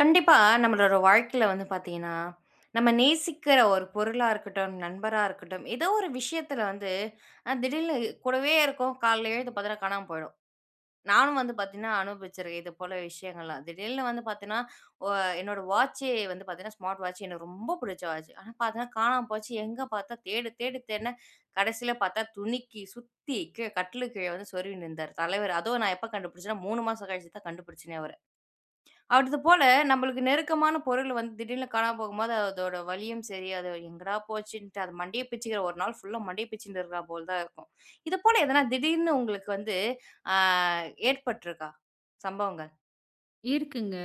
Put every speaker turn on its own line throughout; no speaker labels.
கண்டிப்பா. நம்மளோட வாழ்க்கையில வந்து பார்த்தீங்கன்னா, நம்ம நேசிக்கிற ஒரு பொருளா இருக்கட்டும், நண்பரா இருக்கட்டும், ஏதோ ஒரு விஷயத்துல வந்து திடீர்னு கூடவே இருக்கும். காலைல எழுந்து பார்த்தீங்கன்னா காணாம போயிடும். நானும் வந்து பார்த்தீங்கன்னா அனுபவிச்சிருக்கேன் இது போல விஷயங்கள்லாம். திடீர்னு வந்து பார்த்தீங்கன்னா, ஒ என்னோட வாட்சே வந்து பார்த்தீங்கன்னா, ஸ்மார்ட் வாட்ச் எனக்கு ரொம்ப பிடிச்ச வாட்ச். ஆனா பார்த்தீங்கன்னா காணாம போச்சு. எங்க பார்த்தா தேடு தேடு தேடுனேன். கடைசியில பார்த்தா துணிக்கி சுத்தி கீழ கட்டிலுக்கு கீழ வந்து சொருவி நிந்தாரு தலைவர். அதுவும் நான் எப்ப கண்டுபிடிச்சேன்னா 3 மாசம் கழிச்சு தான் கண்டுபிடிச்சேனே அவர. அடுத்து போல நம்மளுக்கு நெருக்கமான பொருள் வந்து திடீர்னு காணாம போகும்போது, அதோட வலியும் சரி, அது எங்கடா போச்சுன்ட்டு அது மண்டைய பிச்சுக்கிற ஒரு நாள் ஃபுல்லா மண்டைய பிச்சுன்னு இருக்கா போல தான் இருக்கும். இது போல எதனா திடீர்னு உங்களுக்கு வந்து ஆ ஏற்பட்டுருக்கா? சம்பவங்கள்?
இருக்குங்க.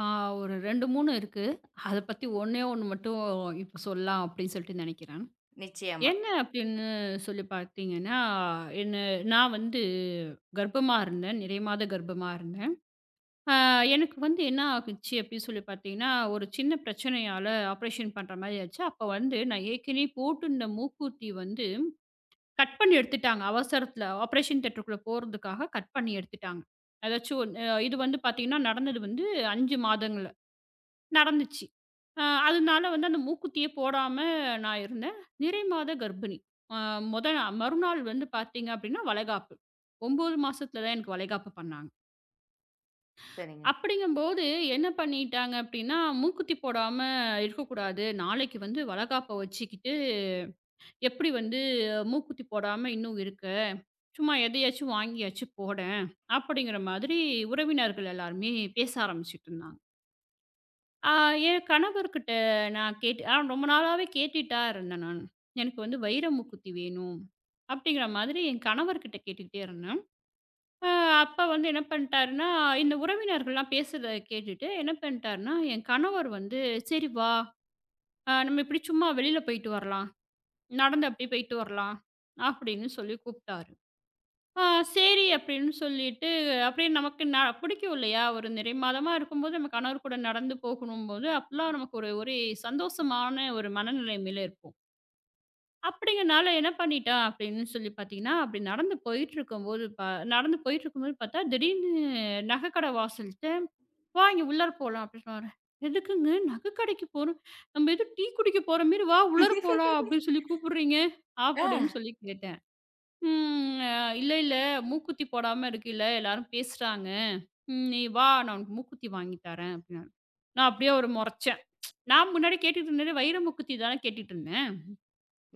ஆ ஒரு 2, 3 இருக்கு. அத பத்தி ஒண்ணே ஒண்ணு மட்டும் இப்ப சொல்லலாம் அப்படின்னு சொல்லிட்டு நெனைக்கிறேன்.
நிச்சயமா.
என்ன அப்படின்னு சொல்லி பார்த்தீங்கன்னா, என்ன நான் வந்து கர்ப்பமா இருந்தேன். நிறைய மாத கர்ப்பமா இருந்தேன். ஆ எனக்கு வந்து என்ன ஆகுச்சு அப்படின்னு சொல்லி பார்த்தீங்கன்னா, ஒரு சின்ன பிரச்சனையால ஆப்ரேஷன் பண்ற மாரி ஆச்சு. அப்ப வந்து நான் ஏற்கனவே போட்டிருந்த மூக்குத்தி வந்து கட் பண்ணி எடுத்துட்டாங்க. அவசரத்துல ஆப்ரேஷன் தியேட்டருக்குள்ள போறதுக்காக கட் பண்ணி எடுத்துட்டாங்க. அதாச்சும் ஒன் இது வந்து பார்த்தீங்கன்னா, நடந்தது வந்து 5 மாதங்கள் நடந்துச்சு. அதனால வந்து அந்த மூக்குத்தியே போடாம நான் இருந்தேன். நிறை மாத கர்ப்பிணி. அ மொத நாள் மறுநாள் வந்து பார்த்தீங்க அப்படின்னா, வளைகாப்பு. 9 மாசத்துல தான் எனக்கு வளைகாப்பு பண்ணாங்க.
சரிங்க.
அப்படிங்கும்போது என்ன பண்ணிட்டாங்க அப்படின்னா, மூக்குத்தி போடாம இருக்கக்கூடாது. நாளைக்கு வந்து வளைகாப்ப வச்சுக்கிட்டு, எப்படி வந்து மூக்குத்தி போடாம இன்னும் இருக்க? சும்மா எதையாச்சும் வாங்கியாச்சும் போடேன். அப்படிங்கிற மாதிரி உறவினர்கள் எல்லாருமே பேச ஆரம்பிச்சுட்டு இருந்தாங்க. ஆ என் கணவர்கிட்ட நான் கேட்டு ரொம்ப நாளாவே கேட்டுட்டா இருந்தேன் நான். எனக்கு வந்து வைர மூக்குத்தி வேணும். அப்படிங்கிற மாதிரி என் கணவர்கிட்ட கேட்டுக்கிட்டே இருந்தேன். அ அப்ப வந்து என்ன பண்ணிட்டாருன்னா, இந்த உறவினர்கள்லாம் பேசுறத கேட்டுட்டு என்ன பண்ணிட்டாருன்னா, என் கணவர் வந்து "சரி வா, நம்ம இப்படி சும்மா வெளியில போயிட்டு வரலாம். நடந்து அப்படியே போயிட்டு வரலாம்." அப்படின்னு சொல்லி கூப்பிட்டாரு. ஆ சரி அப்படின்னு சொல்லிட்டு, அப்படியே நமக்கு ந பிடிக்கும் இல்லையா? ஒரு நிறைமாதமா இருக்கும்போது, நம்ம கணவர் கூட நடந்து போகணும்போது, அப்பலாம் நமக்கு ஒரு ஒரே சந்தோஷமான ஒரு மனநிலைமையில இருப்போம். அப்படிங்கிறனால என்ன பண்ணிட்டேன் அப்படின்னு சொல்லி பார்த்தீங்கன்னா, அப்படி நடந்து போயிட்டுருக்கும்போது நடந்து போயிட்டுருக்கும்போது பார்த்தா, திடீர்னு நகைக்கடை வாசல்ட்ட, "வா இங்க உள்ளார போலாம்" அப்படின்னு சொன்னாரு. "எதுக்குங்க நகைக்கடைக்கு போறோம்? நம்ம ஏதோ டீ குடிக்க போற மாரி, வா உள்ளார போலாம்" அப்படின்னு சொல்லி கூப்பிடுறீங்க?
ஆ
அப்படின்னு சொல்லி கேட்டேன். ம். "இல்ல, இல்ல மூக்குத்தி போடாம இருக்கல்ல, எல்லாரும் பேசுறாங்க. ம் நீ வா நான் உனக்கு மூக்குத்தி வாங்கி தரேன்" அப்டின்னாரு. நான் அப்படியே ஒரு மொறச்சேன். நான் முன்னாடி கேட்டுட்டு இருந்தது வைர மூக்குத்தி தானே கேட்டுட்டுருந்தேன்.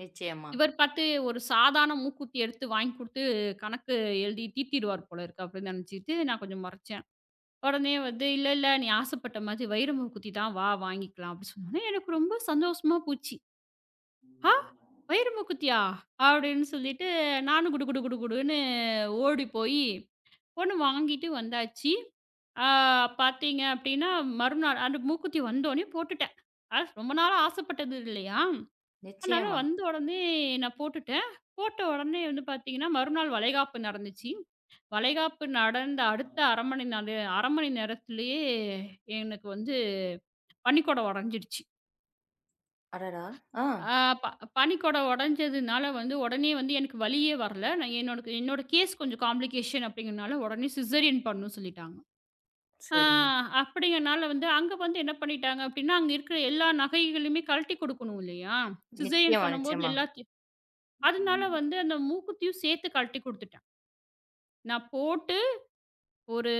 நிச்சயமா,
இவர் பார்த்து ஒரு சாதாரண மூக்குத்தி எடுத்து வாங்கி குடுத்து கணக்கு எழுதி தீர்த்திருவார் போல இருக்கு அப்படின்னு நெனச்சுட்டு நான் கொஞ்சம் மொறச்சேன். உடனே வந்து "இல்ல, இல்ல நீ ஆசைப்பட்ட மாதிரி வைர மூக்குத்தி தான் வா வாங்கிக்கலாம்" அப்படி சொன்னோனே எனக்கு ரொம்ப சந்தோஷமா போச்சு. "ஆ! வைர மூக்குத்தியா?" அப்படின்னு சொல்லிட்டு நானும் குடு குடு குடு குடுன்னு ஓடி போயி ஒண்ணு வாங்கிட்டு வந்தாச்சு. ஆ பார்த்தீங்க அப்படின்னா, மறுநாள் அந்த மூக்குத்தி வந்தோனே போட்டுட்டேன். அது ரொம்ப நாளா ஆசைப்பட்டது இல்லையா? அதனால
நிச்சயமா.
வந்த உடனே நான் போட்டுட்டேன். போட்ட உடனே வந்து பார்த்தீங்கன்னா, மறுநாள் வளைகாப்பு நடந்துச்சு. வளைகாப்பு நடந்த அடுத்த 1/2 மணி நாளு 1/2 மணி நேரத்திலேயே எனக்கு வந்து பனிக்குடம் உடைஞ்சிடுச்சு.
அடடா! ஆ.
ஆ ப பனிக்குடம் உடைஞ்சதுனால வந்து உடனே வந்து எனக்கு வலியே வரல. நான் என்னோட என்னோட கேஸ் கொஞ்சம் காம்ப்ளிகேஷன் அப்படிங்கிறனால உடனே சிசேரியன் பண்ணணும்னு சொல்லிட்டாங்க. ஆ
சரிங்க.
அப்படிங்கனால வந்து அங்க வந்து என்ன பண்ணிட்டாங்க அப்படின்னா, அங்க இருக்கிற எல்லா நகைகளையுமே கழட்டி கொடுக்கணும் இல்லையா? சிசேரியன்
நிச்சயமா,
பண்ணும்போது
நிச்சயமா.
எல்லாத்தையும். அதனால வந்து அந்த மூக்குத்தியும் சேர்த்து கழட்டி குடுத்துட்டேன். நான் போட்டு ஒரு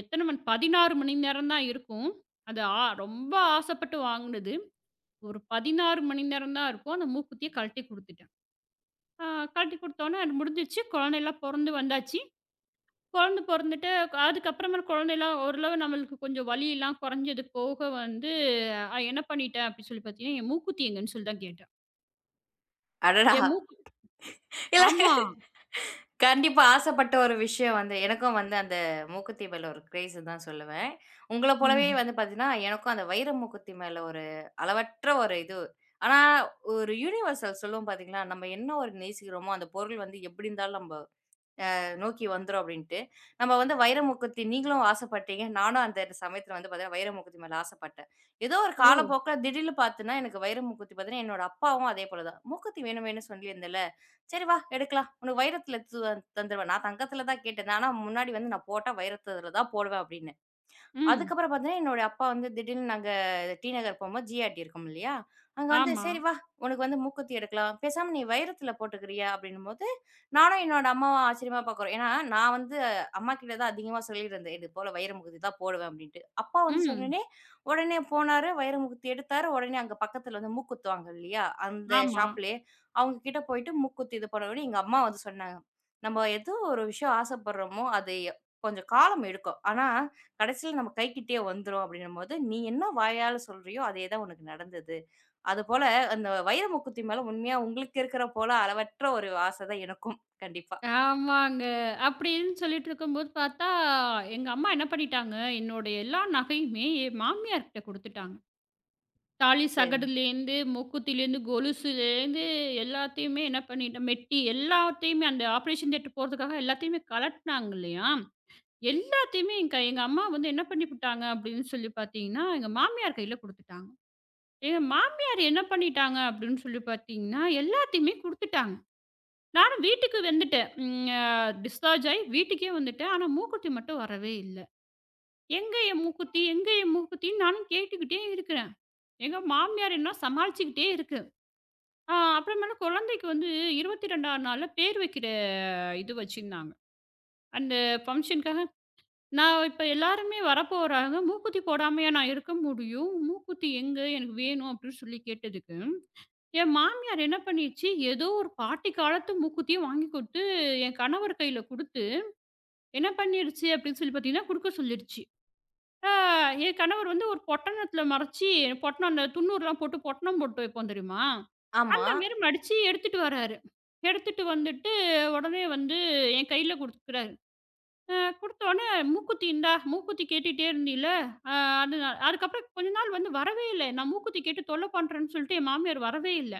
எத்தன மணி 16 மணி நேரம் தான் இருக்கும். அது ரொம்ப ஆசைப்பட்டு வாங்குனது. ஒரு 16 மணி நேரம் தான் இருக்கும். அந்த மூக்குத்திய கழட்டி குடுத்துட்டேன். ஆ கழட்டி குடுத்தோனே அது முடிஞ்சிருச்சு. குழந்தைலாம் பொறந்து வந்தாச்சு. குழந்த பொறந்துட்டு, அதுக்கப்புறமேல் குழந்தைலாம் ஓரளவு நம்மளுக்கு கொஞ்சம் வலியெல்லாம் குறைஞ்சது போக வந்து, என்ன பண்ணிட்டேன் அப்படி சொல்லி பார்த்தீங்கன்னா, என் மூக்குத்தி எங்கன்னு சொல்லி தான் கேட்டேன்.
அடடா!
என் மூக்கு
இல்ல.
ஆமா.
கண்டிப்பா ஆசைப்பட்ட ஒரு விஷயம் வந்து எனக்கும் வந்து அந்த மூக்குத்தி மேல ஒரு கிரேஸ் தான் சொல்லுவேன். உங்கள போலவே
ம்.
வந்து பார்த்தீங்கன்னா, எனக்கும் அந்த வைர மூக்குத்தி மேல ஒரு அளவற்ற ஒரு இது. ஆனா, ஒரு யுனிவர்சல் சொல்லுவோம் பார்த்தீங்களா, நம்ம என்ன ஒரு நேசிக்கிறோமோ, அந்த பொருள் வந்து எப்படி இருந்தாலும் நம்ப நோக்கி வந்துரும் அப்படின்ட்டு. நம்ம வந்து வைரமுகத்தி நீங்களும் ஆசைப்பட்டீங்க. நானும் அந்த சமயத்துல வந்து பார்த்தீங்கன்னா, வைரமுகத்தி மேல ஆசைப்பட்டேன். ஏதோ ஒரு
ஓ!
காலப்போக்குல திடீர்னு பார்த்தன்னா, எனக்கு வைரமுகத்தி பார்த்தீங்கன்னா, என்னோட அப்பாவும் அதே போல தான். "மூக்குத்தி வேணும் வேணும்னு சொல்லியிருந்தல்ல, சரி வா எடுக்கலாம். உனக்கு வைரத்துல தந்துருவேன்." நான் தங்கத்துல தான் கேட்டேன். ஆனா முன்னாடி வந்து நான் போட்டா வைரத்துல தான் போடுவேன் அப்படின்னு.
ம்.
அதுக்கப்புறம் பார்த்தீங்கன்னா, என்னோட அப்பா வந்து திடீர்னு நாங்க டி நகர் போம்போது ஜிஆர்டி இருக்கும் இல்லையா? அங்க வந்து
ஆமா.
"சரி வா! உனக்கு வந்து மூக்குத்தி எடுக்கலாம். பேசாமல நீ வைரத்தில போட்டுக்கிறியா?" அப்படின்னும்போது, நானும் என்னோட அம்மாவும் ஆச்சரியமா பார்க்குறோம். ஏன்னா, நான் வந்து அம்மாகிட்ட தான் அதிகமா சொல்லியிருந்தேன். "இது போல வைர மூக்குத்தி தான் போடுவேன்" அப்படின்ட்டு. அப்பா வந்து
ம்.
சொன்னோனே, உடனே போனாரு, வைர மூக்குத்தி எடுத்தாரு. உடனே அங்க பக்கத்தில வந்து மூக்குத்துவாங்க இல்லையா? அந்த
ஆமா.
ஷாப்லயே, அவங்க கிட்ட போயிட்டு மூக்குத்தி இது பண்ணவுடனே எங்க அம்மா வந்து சொன்னாங்க, "நம்ம எதோ ஒரு விஷயம் ஆசைப்படுறோமோ, அது கொஞ்சம் காலம் எடுக்கும். ஆனா கடைசியில நம்ம கைக்கிட்டயே வந்துரும் அப்படின்னும்போது, "நீ என்ன வாயால சொல்றியோ, அதே தான் உனக்கு நடந்தது." அதுபோல அந்த வைர மூக்குத்தி மேல உண்மையா உங்களுக்கு இருக்கிற போல அளவற்ற ஒரு ஆச தான் எனக்கும். கண்டிப்பா.
ஆமாங்க. அப்படின்னு சொல்லிட்டு இருக்கும்போது பார்த்தா, எங்க அம்மா என்ன பண்ணிட்டாங்க, என்னோட எல்லா நகையுமே என் மாமியார்கிட்ட குடுத்துட்டாங்க. தாலி
சரிங்க.
சகடுலேருந்து, மூக்குத்திலேருந்து, கொலுசுலேருந்து எல்லாத்தையுமே என்ன பண்ணிட்டா மெட்டி எல்லாத்தையுமே அந்த ஆப்ரேஷன் தியேட்டர் போறதுக்காக எல்லாத்தையுமே கலட்டுனாங்க இல்லையா? எல்லாத்தையுமே என் கை எங்க அம்மா வந்து என்ன பண்ணிப்புட்டாங்க அப்படின்னு சொல்லி பார்த்தீங்கன்னா, எங்க மாமியார் கையில குடுத்துட்டாங்க. எங்க மாமியார் என்ன பண்ணிட்டாங்க அப்படின்னு சொல்லி பார்த்தீங்கன்னா, எல்லாத்தையுமே குடுத்துட்டாங்க. நானும் வீட்டுக்கு வந்துட்டேன். ம் அ டிஸ்சார்ஜ் ஆயி வீட்டுக்கே வந்துட்டேன். ஆனா மூக்குத்தி மட்டும் வரவே இல்ல. எங்க என் மூக்குத்தி? எங்க என் மூக்குத்தின்னு நானும் கேட்டுக்கிட்டே இருக்கிறேன். எங்க மாமியார் என்ன சமாளிச்சுக்கிட்டே இருக்கிறாங்க. அப்புறமேல குழந்தைக்கு வந்து 22ஆம் நாள்ல பேர் வைக்கிற இது வச்சிருந்தாங்க. அந்த ஃபங்ஷனுக்காக நான் இப்ப எல்லாருமே வரப்போறாங்க. மூக்குத்தி போடாமயா நான் இருக்க முடியும்? மூக்குத்தி எங்க? எனக்கு வேணும் அப்படின்னு சொல்லி கேட்டதுக்கு, என் மாமியார் என்ன பண்ணிருச்சு, ஏதோ ஒரு பாட்டி காலத்து மூக்குத்திய வாங்கி குடுத்து, என் கணவர் கையில குடுத்து, என்ன பண்ணிருச்சு அப்படின்னு சொல்லி பார்த்தீங்கன்னா, குடுக்க சொல்லிருச்சு. ஆ என் கணவர் வந்து ஒரு பொட்டணத்தில மறைச்சு, பொட்டணம் அந்த துண்ணூர்லாம் போட்டு பொட்டணம் போட்டு வைப்போம் தெரியுமா?
ஆமா.
அந்த மாரி மடிச்சு எடுத்துட்டு வராரு. எடுத்துட்டு வந்துட்டு உடனே வந்து என் கையில குடுக்குறாரு. அ குடுத்தோனே "மூக்குத்தி இந்தா, மூக்குத்தி கேட்டுட்டே இருந்தீல, அ அதுக்கப்புறம் கொஞ்ச நாள் வந்து வரவே இல்ல. நான் மூக்குத்தி கேட்டு தொல்ல பண்றேன்னு சொல்லிட்டு என் மாமியார் வரவே இல்ல.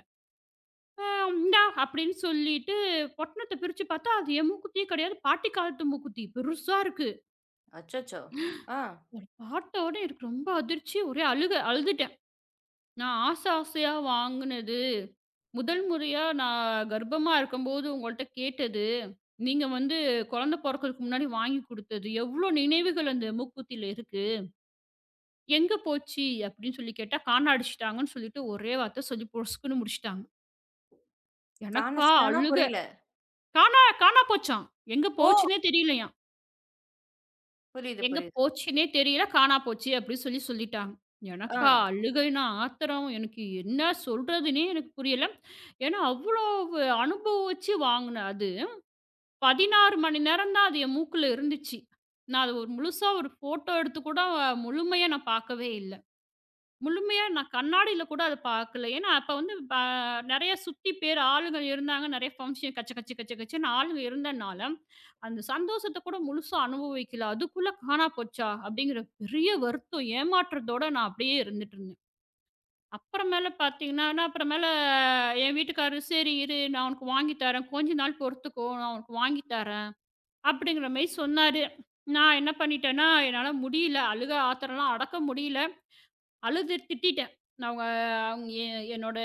அ இந்தா" அப்படின்னு சொல்லிட்டு பொட்டணத்த பிரிச்சு பார்த்தா, அது என் மூக்குத்தியே கிடையாது. பாட்டி காலத்து மூக்குத்தி. பெருசா இருக்கு.
அச்சச்சோ! ஆ.
அத பார்த்தோனே எனக்கு ரொம்ப அதிர்ச்சி. ஒரே அழுக. அழுதுட்டேன். நான் ஆசை ஆசையா வாங்குனது, முதல் முறையா நான் கர்ப்பமா இருக்கும்போது உங்கள்ட்ட கேட்டது, நீங்க வந்து குழந்தை பொறக்கறதுக்கு முன்னாடி வாங்கி குடுத்தது, எவ்ளோ நினைவுகள் அந்த மூக்குத்தியில இருக்கு. எங்க போச்சு? அப்படின்னு சொல்லி கேட்டா, காண அடிச்சுட்டாங்கன்னு சொல்லிட்டு ஒரே வார்த்த சொல்லி பொசுக்குன்னு முடிச்சுட்டாங்க. எனக்கா
காணஸ்தானா?
அழுக.
புரியல.
காணா காணா போச்சாம். எங்க
ஓ!
போச்சுன்னே தெரியலையாம்.
புரியுது,
எங்க
புரியுது.
போச்சுன்னே தெரியல, காணா போச்சு அப்படின்னு சொல்லி சொல்லிட்டாங்க.
ஆ.
எனக்கா அழுகைன்னா ஆத்திரம். எனக்கு என்ன சொல்றதுன்னே எனக்கு புரியல. ஏன்னா, அவ்வளோ அனுபவிச்சு வாங்குன அது. 16 மணி நேரம் தான் அது என் மூக்குல இருந்துச்சு. நான் அத ஒரு முழுசா ஒரு ஃபோட்டோ எடுத்து கூட முழுமையா நான் பார்க்கவே இல்ல. முழுமையா நான் கண்ணாடியில கூட அத பார்க்கல. ஏன்னா, அப்ப வந்து நெறைய சுத்தி பேர் ஆளுங்க இருந்தாங்க. நெறைய ஃபங்ஷன் கச்ச கச்ச கச்ச கச்சன்னு ஆளுங்க இருந்தனால, அந்த சந்தோஷத்த கூட முழுசா அனுபவிக்கல. அதுக்குள்ள காணா போச்சா! அப்படிங்கிற பெரிய வருத்தம், ஏமாற்றத்தோட நான் அப்படியே இருந்துட்டு இருந்தேன். அப்புறமேல பார்த்தீங்கன்னா, நான் அப்புறமேல என் வீட்டுக்காரரு, "சரி இரு, நான் உனக்கு வாங்கி தரேன். கொஞ்ச நாள் பொறுத்துக்கோ. நான் உனக்கு வாங்கி தரேன்." அப்படிங்கிற மாரி சொன்னாரு. நான் என்ன பண்ணிட்டேன்னா, என்னால முடியல. அழுக ஆத்திரம்லாம் அடக்க முடியல. அழுது திட்டிட்டேன். நான் அவங்க அவங்க எ என்னோட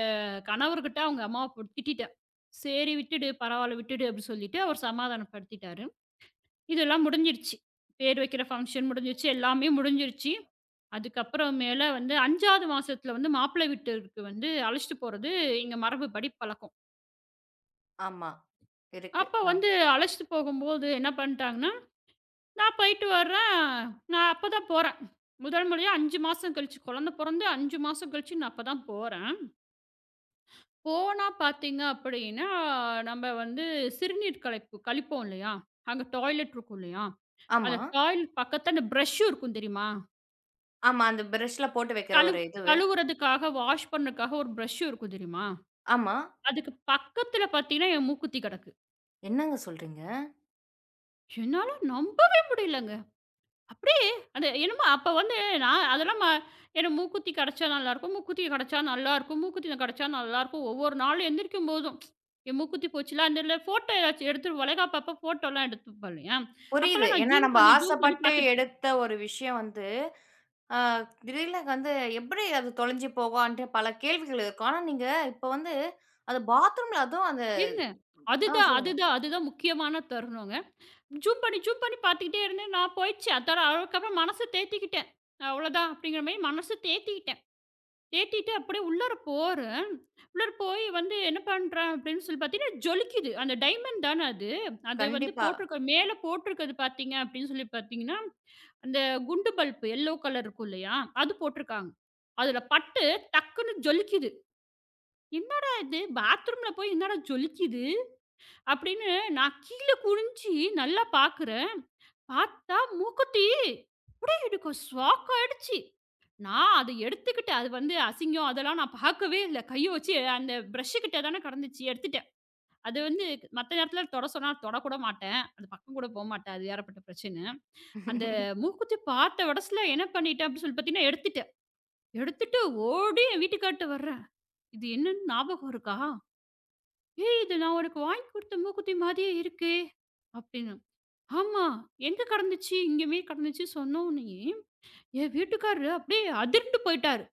கணவர்கிட்ட அவங்க அம்மாவ போட்டு திட்டிட்டேன். "சரி விட்டுடு, பரவால்ல விட்டுடு" அப்படின்னு சொல்லிட்டு அவர் சமாதானப்படுத்திட்டாரு. இதெல்லாம் முடிஞ்சிருச்சு. பேர் வைக்கிற ஃபங்ஷன் முடிஞ்சிருச்சு. எல்லாமே முடிஞ்சிருச்சு. அதுக்கப்புறம் மேல வந்து 5வது மாசத்துல வந்து மாப்பிள வீட்டுக்கு வந்து அழைச்சிட்டு போறது எங்க மரபுப்படி பழக்கம்.
ஆமா. இருக்கு.
அப்ப
ஆ.
வந்து அழைச்சிட்டு போகும்போது என்ன பண்ணிட்டாங்கன்னா, நான் போயிட்டு வர்றேன். நான் அப்பதான் போறேன். முதல் முறையா 5 மாசம் கழிச்சு குழந்தை பொறந்து 5 மாசம் கழிச்சு நான் அப்பதான் போறேன். போனா பார்த்தீங்க அப்படின்னா, நம்ம வந்து சிறுநீர் கலைப்பு கழிப்போம் இல்லையா? அங்க டாய்லெட் இருக்கும் இல்லையா?
ஆமா.
அந்த டாய்லெட் பக்கத்துல அந்த பிரஷ்ஷும் இருக்கும் தெரியுமா?
ஆமா. அந்த பிரஷ்ல போட்டு வைக்கிற
கழு
ஒரு இதுவு.
கழுவுறதுக்காக, வாஷ் பண்ணதுக்காக ஒரு பிரஷ்ஷும் இருக்கும் தெரியுமா?
ஆமா.
அதுக்கு பக்கத்துல பார்த்தீங்கன்னா, என் மூக்குத்தி கிடக்கு.
என்னங்க சொல்றீங்க?
என்னால நம்பவே முடியலங்க. அப்படியே அது என்னமோ அப்ப வந்து நான் அதெல்லாம். எனக்கு மூக்குத்தி கெடைச்சா நல்லாயிருக்கும், மூக்குத்தி கெடைச்சா நல்லாயிருக்கும், மூக்குத்தி கெடைச்சா நல்லாயிருக்கும். ஒவ்வொரு நாளும் எந்திரிக்கும் போதும், என் மூக்குத்தி போச்சுல்ல, அந்த இதில ஃபோட்டோ ஏதாச்சும் எடுத்து வளைகாப்பப்ப ஃபோட்டோலாம் எடுத்துப்பேன் இல்லையா?
புரியுது.
அப்பலாம் நான்
ஏன்னா,
ஜூம்
நம்ம
பண்ணி, ஜூம் பண்ணி
ஆசைப்பட்டு
பார்த்துருப்பேன்.
எடுத்த ஒரு விஷயம் வந்து ஆ திடீர்னு வந்து எப்படி அது தொலைஞ்சு போகும்ன்ற பல கேள்விகள் இருக்கும். ஆனா நீங்க இப்ப வந்து அது பாத்ரூம்ல அதுவும் அந்த.
இருங்க. அதுதான்,
சொல்லுங்க.
அதுதான், அதுதான் முக்கியமான தருணங்க. ஜூம் பண்ணி, ஜூம் பண்ணி பார்த்துக்கிட்டே இருந்தேன். நான் போயிடுச்சு. அதோட அதுக்கப்புறம் மனச தேத்திக்கிட்டேன். அவ்வளோதான் அப்படிங்கிற மாரி மனசு தேத்தி ஏத்திட்டு அப்படியே உள்ளார போறேன். உள்ளார போய் வந்து என்ன பண்றேன் அப்படின்னு சொல்லி பார்த்தீங்கன்னா, ஜொலிக்குது. அந்த டைமண்ட் தான அது. அது வந்து
கண்டிப்பா.
போட்டிருக்க மேல போட்டிருக்கிறது பார்த்தீங்க அப்படின்னு சொல்லி பார்த்தீங்கன்னா, அந்த குண்டு பல்ப் எல்லோ கலர் இருக்கும் இல்லையா? அது போட்டிருக்காங்க. அதுல பட்டு டக்குன்னு ஜொலிக்குது. "என்னடா இது பாத்ரூம்ல போய் என்னடா ஜொலிக்குது?" அப்படின்னு நான் கீழ குனிஞ்சு நல்லா பார்க்குறேன். பார்த்தா மூக்குத்தி! எனக்கு ஷாக் ஆயிடுச்சு. நான் அத எடுத்துக்கிட்டு அது வந்து அசிங்கம் அதெல்லாம் நான் பார்க்கவே இல்ல. கைய வச்சு அந்த பிரஷ் கிட்ட தானே கடந்துச்சு. எடுத்துட்டேன். அது வந்து மத்த நேரத்துல தொட சொன்னா தொடக்கூட மாட்டேன். அந்த பக்கம் கூட போமாட்டேன். அது ஏகப்பட்ட பிரச்சனை. அந்த மூக்குத்தி பார்த்த வெடஸ்ல என்ன பண்ணிட்டேன் அப்படின்னு சொல்லி பார்த்தீங்கன்னா, எடுத்துட்டேன். எடுத்துட்டு ஓடி என் வீட்டுக்கார்ட்ட வர்றேன். "இது என்னன்னு ஞாபகம் இருக்கா?" "ஏய்! இது நான் உனக்கு வாங்கி குடுத்த மூக்குத்தி மாதிரியே இருக்கே!" அப்படின்னு. "ஆமா. எங்க கடந்துச்சு? இங்கமே கடந்துச்சு" சொன்னோனயே, என் வீட்டுக்காரரு அப்படியே அதிர்ந்து போயிட்டாரு.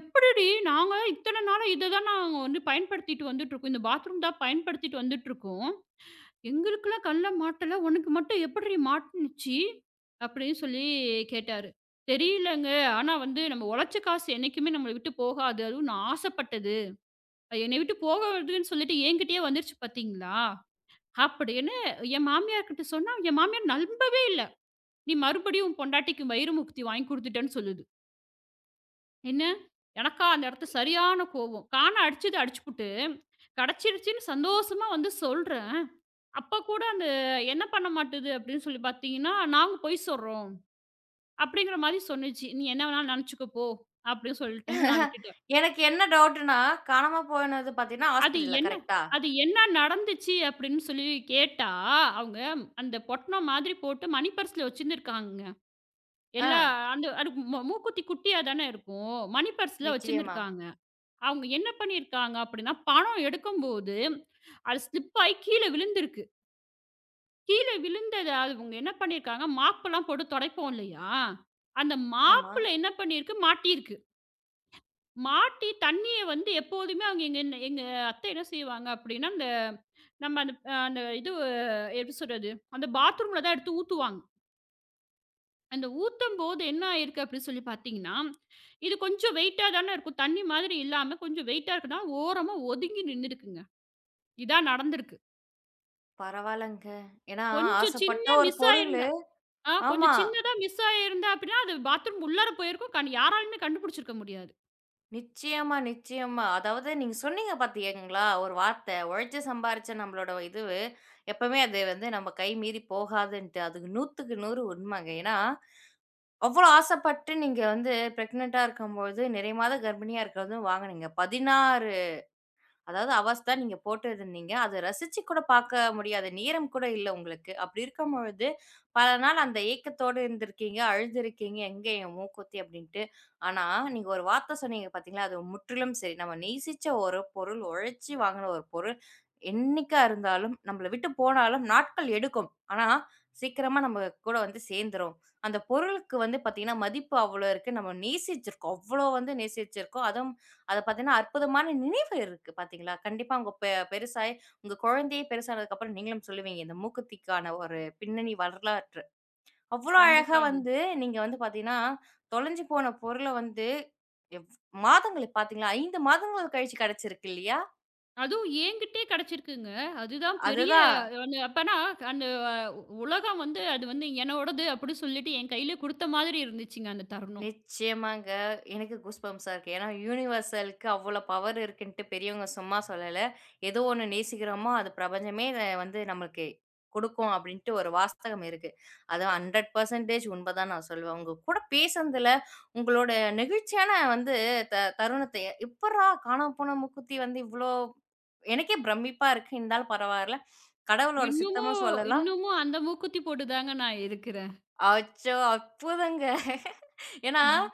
"எப்படிடி நாங்க இத்தன நாளா இத தான் நாங்க வந்து பயன்படுத்திட்டு வந்துட்டுருக்கோம். இந்த பாத்ரூம் தான் பயன்படுத்திட்டு வந்துட்டுருக்கோம். எங்களுக்கெல்லாம் கல்ல மாட்டல. உனக்கு மட்டும் எப்படிடி மாட்டுனுச்சு?" அப்படின்னு சொல்லி கேட்டாரு. "தெரியலங்க. ஆனா வந்து நம்ம உழைச்ச காசு என்னைக்குமே நம்மள விட்டு போகாது. அதுவும் நான் ஆசைப்பட்டது, அது என்னை விட்டு போகாதுன்னு சொல்லிட்டு என்கிட்டயே வந்துருச்சு பார்த்தீங்களா?" அப்படின்னு என் மாமியார்கிட்ட சொன்னா, என் மாமியார் நம்பவே இல்ல. "நீ மறுபடியும் உன் பொண்டாட்டிக்கு வயிறு முக்தி வாங்கி குடுத்துட்டேன்னு" சொல்லுது. என்ன? எனக்கா அந்த இடத்துல சரியான கோவம். காண அடிச்சது அடிச்சுப்புட்டு, கிடைச்சிருச்சுன்னு சந்தோஷமா வந்து சொல்றேன். அப்ப கூட அந்த என்ன பண்ண மாட்டுது அப்படின்னு சொல்லி பார்த்தீங்கன்னா, "நாங்க பொய் சொல்றோம்" அப்படிங்கிற மாரி சொன்னுச்சு. "நீ என்ன வேணாலும் நினைச்சுக்க போ" அப்படின்னு சொல்லிட்டு நான் விட்டுட்டேன்.
எனக்கு என்ன டவுட்ன்னா, காணாம போனது பார்த்தீங்கன்னா,
அது
ஹாஸ்பிட்டல்ல
என்ன
கரெக்ட்டா?
அது என்ன நடந்துச்சு அப்படின்னு சொல்லி கேட்டா, அவங்க அந்த பொட்டணம் மாதிரி போட்டு மணி பர்ஸ்ல வச்சிருந்துருக்காங்கங்க.
ஆ.
எல்லா அந்த மூக்குத்தி குட்டியா தானே இருக்கும். மணி பர்ஸ்ல
நிச்சயமா.
வச்சிருந்துருக்காங்க. அவங்க என்ன பண்ணியிருக்காங்க அப்படின்னா, பணம் எடுக்கும்போது, அது ஸ்லிப் ஆயி கீழ விழுந்திருக்கு. கீழ விழுந்தத அவங்க என்ன பண்ணியிருக்காங்க, மாப்பெல்லாம் போட்டு தொடைப்போம் இல்லையா? அந்த
ஆமா.
மாப்புல என்ன பண்ணியிருக்கு, மாட்டியிருக்கு. மாட்டி தண்ணீய வந்து எப்போதுமே அவங்க எங்க என்ன எங்க அத்தை என்ன செய்வாங்க அப்படின்னா, அந்த நம்ம அந்த அ அந்த இது எப்படி சொல்றது, அந்த பாத்ரூம்ல தான் எடுத்து ஊத்துவாங்க. அந்த ஊத்தும்போது என்ன ஆயிருக்கு அப்படின்னு சொல்லி பார்த்தீங்கன்னா, இது கொஞ்சம் வெயிட்டா தானே இருக்கும். தண்ணி மாதிரி இல்லாம கொஞ்சம் வெயிட்டா இருக்குன்னா, ஓரமா ஒதுங்கி நின்னுருக்குங்க. இதான் நடந்திருக்கு.
பரவால்லங்க. ஏன்னா,
கொஞ்சம்
ஆசைப்பட்ட
சின்ன
ஒரு
மிஸ்
பொருளு.
ஆயிருந்தா கொஞ்சம்
ஆமா.
சின்னதா மிஸ் ஆயிருந்தா அப்படின்னா, அது பாத்ரூம் உள்ளார போயிருக்கும். கண் யாராலயுமே கண்டுபிடிச்சிருக்க முடியாது.
நிச்சயமா, நிச்சயமா. அதாவது நீங்க சொன்னீங்க பார்த்தீங்களா? ஒரு வார்த்தை. உழைச்சு சம்பாரிச்ச நம்மளோட இதுவு, எப்பவுமே அது வந்து நம்ம கை மீறி போகாதுன்ட்டு. அதுக்கு 100க்கு 100 உண்மைங்க. ஏன்னா அவ்வளோ ஆசைப்பட்டு நீங்க வந்து பிரெக்னன்ட்டா இருக்கும்போது, நிறைமாத கர்ப்பிணியா இருக்குறதும் வாங்குனீங்க. 16 அதாவது அவஸ்தா நீங்க போட்டிருந்தீங்க. அத ரசிச்சு கூட பார்க்க முடியாத நேரம் கூட இல்ல உங்களுக்கு. அப்படி இருக்கும்பொழுது, பல நாள் அந்த ஏக்கத்தோட இருந்திருக்கீங்க, அழுதுருக்கீங்க, "எங்க என் மூக்குத்தி?" அப்படின்ட்டு. ஆனா, நீங்க ஒரு வார்த்த சொன்னீங்க பார்த்தீங்களா, அது முற்றிலும் சரி. நம்ம நேசிச்ச ஒரு பொருள், உழைச்சு வாங்குன ஒரு பொருள், என்னைக்கா இருந்தாலும், நம்மள விட்டு போனாலும் நாட்கள் எடுக்கும். ஆனா, சீக்கிரமா நம்ம கூட வந்து சேர்ந்துரும். அந்த பொருளுக்கு வந்து பார்த்தீங்கன்னா, மதிப்பு அவ்வளோ இருக்கு. நம்ம நேசிச்சிருக்கோம். அவ்வளோ வந்து நேசிச்சிருக்கோம். அதுவும் அத பார்த்தீங்கன்னா, அற்புதமான இருக்கு பாத்தீங்களா? கண்டிப்பா உங்க பெருசாயி உங்க குழந்தையே பெருசானதுக்கப்புறம் நீங்களும் சொல்லுவீங்க. இந்த மூக்குத்திக்கான ஒரு பின்னணி வரலாற்று. அவ்ளோ அழகா
கண்டிப்பாங்க.
வந்து நீங்க வந்து பாத்தீங்கன்னா, தொலைஞ்சு போன பொருள வந்து எவ் மாதங்கள் பாத்தீங்களா, 5 மாதங்கள் கழிச்சு கிடைச்சிருக்கு இல்லையா?
அதுவும் என்கிட்டயே கிடைச்சிருக்குங்க. அதுதான் பெரிய
அதுதான்.
அந்த அப்பன்னா அந்த அஹ், உலகம் வந்து அது வந்து என்னோடது அப்படின்னு சொல்லிட்டு என் கையில குடுத்த மாதிரி இருந்துச்சுங்க அந்த தருணம்.
நிச்சயமாங்க. எனக்கு கூஸ் பம்ப்ஸா இருக்கு. ஏன்னா, யுனிவர்சலுக்கு அவ்வளோ பவர் இருக்குன்ட்டு பெரியவங்க சும்மா சொல்லல. ஏதோ ஒண்ணு நேசிக்கிறோமோ, அது பிரபஞ்சமே வந்து நம்மளுக்கு கொடுக்கும் அப்படின்ட்டு ஒரு வாஸ்தகம் இருக்கு. அது 100% உண்மைதான் நான் சொல்லுவேன். உங்க கூட பேசுனதுல உங்களோட நெகிழ்ச்சியான வந்து தருணத்த எப்புட்றா காணாம போன மூக்குத்தி வந்து இவ்ளோ எனக்கே பிரமிப்பா இருக்கு. இருந்தாலும் பரவால்ல. கடவுளோட சித்தமும்
இன்னமும்
சொல்லலாம்.
இன்னமும் அந்த மூக்குத்தி போட்டு தாங்க நான் இருக்கிறேன்.
அச்சோ! அற்புதங்க. ஏன்னா,
ம்.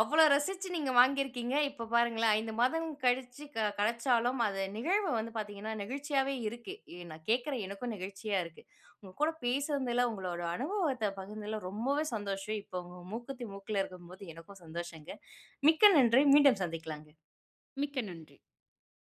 அவ்வளோ ரசிச்சு நீங்க வாங்கியிருக்கீங்க. இப்ப பாருங்களேன், 5 மாதம் கழிச்சு கெடைச்சாலும், அது நிகழ்வு வந்து பார்த்தீங்கன்னா, நெகிழ்ச்சியாவே இருக்கு. நான் கேட்கிறேன், எனக்கும் நெகிழ்ச்சியா இருக்கு. உங்க கூட பேசுனதுல, உங்களோட அனுபவத்த பகிர்ந்ததுல ரொம்பவே சந்தோஷம். இப்ப உங்க மூக்குத்தி மூக்குல இருக்கும்போது எனக்கும் சந்தோஷங்க. மிக்க நன்றி. மீண்டும் சந்திக்கலாங்க.
மிக்க நன்றி.